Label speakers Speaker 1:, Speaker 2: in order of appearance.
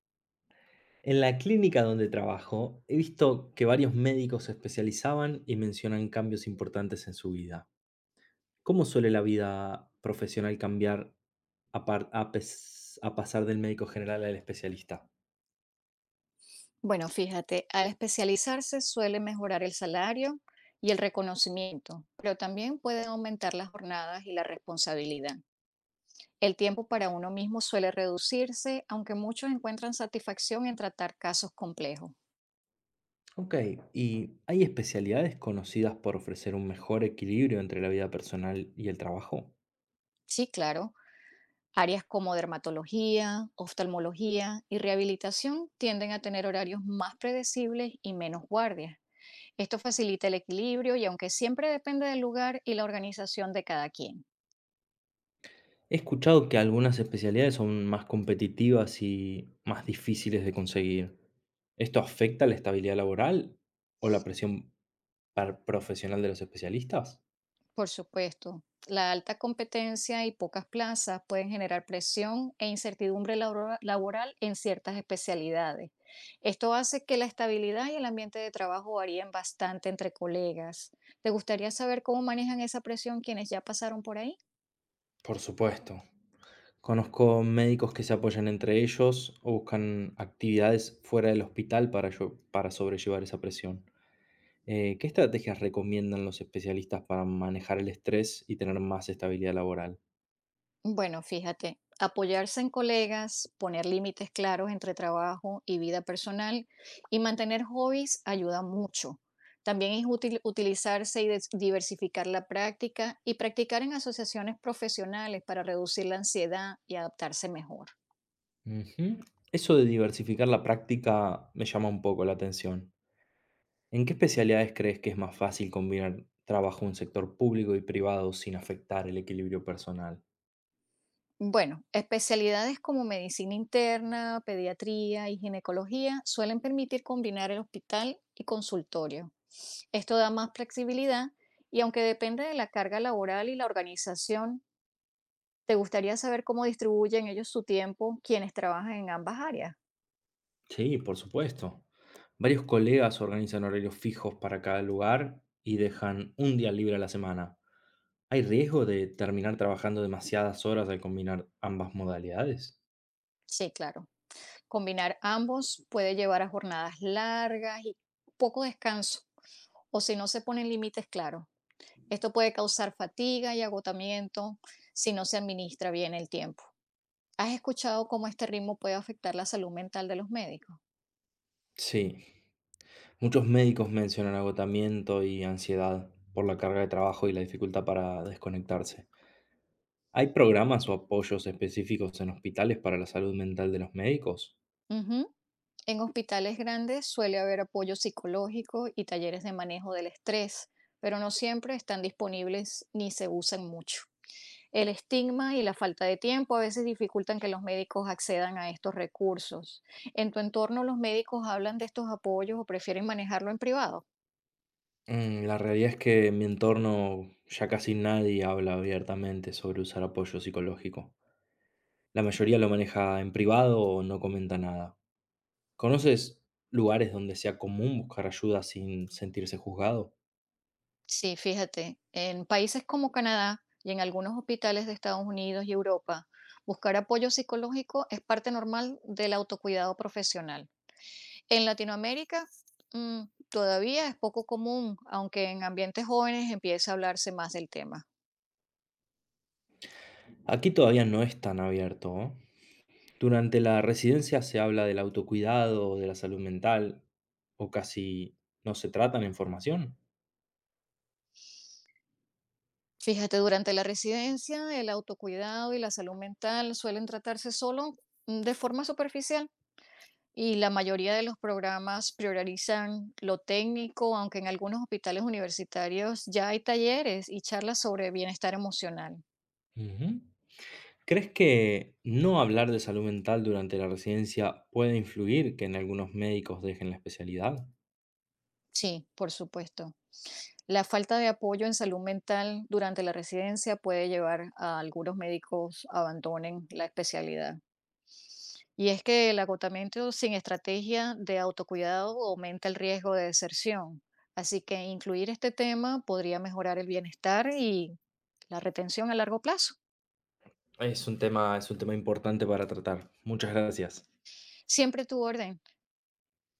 Speaker 1: En la clínica donde trabajo, he visto que varios médicos se especializaban y mencionan cambios importantes en su vida. ¿Cómo suele la vida profesional cambiar a, a pasar del médico general al especialista?
Speaker 2: Bueno, fíjate, al especializarse suele mejorar el salario y el reconocimiento, pero también pueden aumentar las jornadas y la responsabilidad. El tiempo para uno mismo suele reducirse, aunque muchos encuentran satisfacción en tratar casos complejos.
Speaker 1: Ok, ¿y hay especialidades conocidas por ofrecer un mejor equilibrio entre la vida personal y el trabajo?
Speaker 2: Sí, claro, áreas como dermatología, oftalmología y rehabilitación tienden a tener horarios más predecibles y menos guardias. Esto facilita el equilibrio y aunque siempre depende del lugar y la organización de cada quien.
Speaker 1: He escuchado que algunas especialidades son más competitivas y más difíciles de conseguir. ¿Esto afecta la estabilidad laboral o la presión ¿Par profesional de los especialistas?
Speaker 2: Por supuesto, la alta competencia y pocas plazas pueden generar presión e incertidumbre laboral en ciertas especialidades. Esto hace que la estabilidad y el ambiente de trabajo varíen bastante entre colegas. ¿Te gustaría saber cómo manejan esa presión quienes ya pasaron por ahí?
Speaker 1: Por supuesto. Conozco médicos que se apoyan entre ellos o buscan actividades fuera del hospital para sobrellevar esa presión. ¿Qué estrategias recomiendan los especialistas para manejar el estrés y tener más estabilidad laboral?
Speaker 2: Bueno, fíjate, apoyarse en colegas, poner límites claros entre trabajo y vida personal y mantener hobbies ayuda mucho. También es útil utilizarse y diversificar la práctica y practicar en asociaciones profesionales para reducir la ansiedad y adaptarse mejor.
Speaker 1: Ujú. Eso de diversificar la práctica me llama un poco la atención. ¿En qué especialidades crees que es más fácil combinar trabajo en un sector público y privado sin afectar el equilibrio personal?
Speaker 2: Bueno, especialidades como medicina interna, pediatría y ginecología suelen permitir combinar el hospital y consultorio. Esto da más flexibilidad y aunque depende de la carga laboral y la organización, ¿te gustaría saber cómo distribuyen ellos su tiempo quienes trabajan en ambas áreas?
Speaker 1: Sí, por supuesto. Varios colegas organizan horarios fijos para cada lugar y dejan un día libre a la semana. ¿Hay riesgo de terminar trabajando demasiadas horas al combinar ambas modalidades?
Speaker 2: Sí, claro. Combinar ambos puede llevar a jornadas largas y poco descanso, o si no se ponen límites claros. Esto puede causar fatiga y agotamiento si no se administra bien el tiempo. ¿Has escuchado cómo este ritmo puede afectar la salud mental de los médicos?
Speaker 1: Sí, muchos médicos mencionan agotamiento y ansiedad por la carga de trabajo y la dificultad para desconectarse. ¿Hay programas o apoyos específicos en hospitales para la salud mental de los médicos?
Speaker 2: Ujú. En hospitales grandes suele haber apoyo psicológico y talleres de manejo del estrés, pero no siempre están disponibles ni se usan mucho. El estigma y la falta de tiempo a veces dificultan que los médicos accedan a estos recursos. ¿En tu entorno los médicos hablan de estos apoyos o prefieren manejarlo en privado?
Speaker 1: Mm, la realidad es que en mi entorno ya casi nadie habla abiertamente sobre usar apoyo psicológico. La mayoría lo maneja en privado o no comenta nada. ¿Conoces lugares donde sea común buscar ayuda sin sentirse juzgado?
Speaker 2: Sí, fíjate, en países como Canadá y en algunos hospitales de Estados Unidos y Europa, buscar apoyo psicológico es parte normal del autocuidado profesional. En Latinoamérica, mm, todavía es poco común, aunque en ambientes jóvenes empieza a hablarse más del tema.
Speaker 1: Aquí todavía no es tan abierto. ¿Oh? Durante la residencia se habla del autocuidado, de la salud mental, o casi no se tratan en formación.
Speaker 2: Fíjate, durante la residencia, el autocuidado y la salud mental suelen tratarse solo de forma superficial y la mayoría de los programas priorizan lo técnico, aunque en algunos hospitales universitarios ya hay talleres y charlas sobre bienestar emocional.
Speaker 1: Ujú. ¿Crees que no hablar de salud mental durante la residencia puede influir que en algunos médicos dejen la especialidad?
Speaker 2: Sí, por supuesto. La falta de apoyo en salud mental durante la residencia puede llevar a algunos médicos abandonen la especialidad. Y es que el agotamiento sin estrategia de autocuidado aumenta el riesgo de deserción. Así que incluir este tema podría mejorar el bienestar y la retención a largo plazo.
Speaker 1: Es un tema importante para tratar. Muchas gracias.
Speaker 2: Siempre tu orden.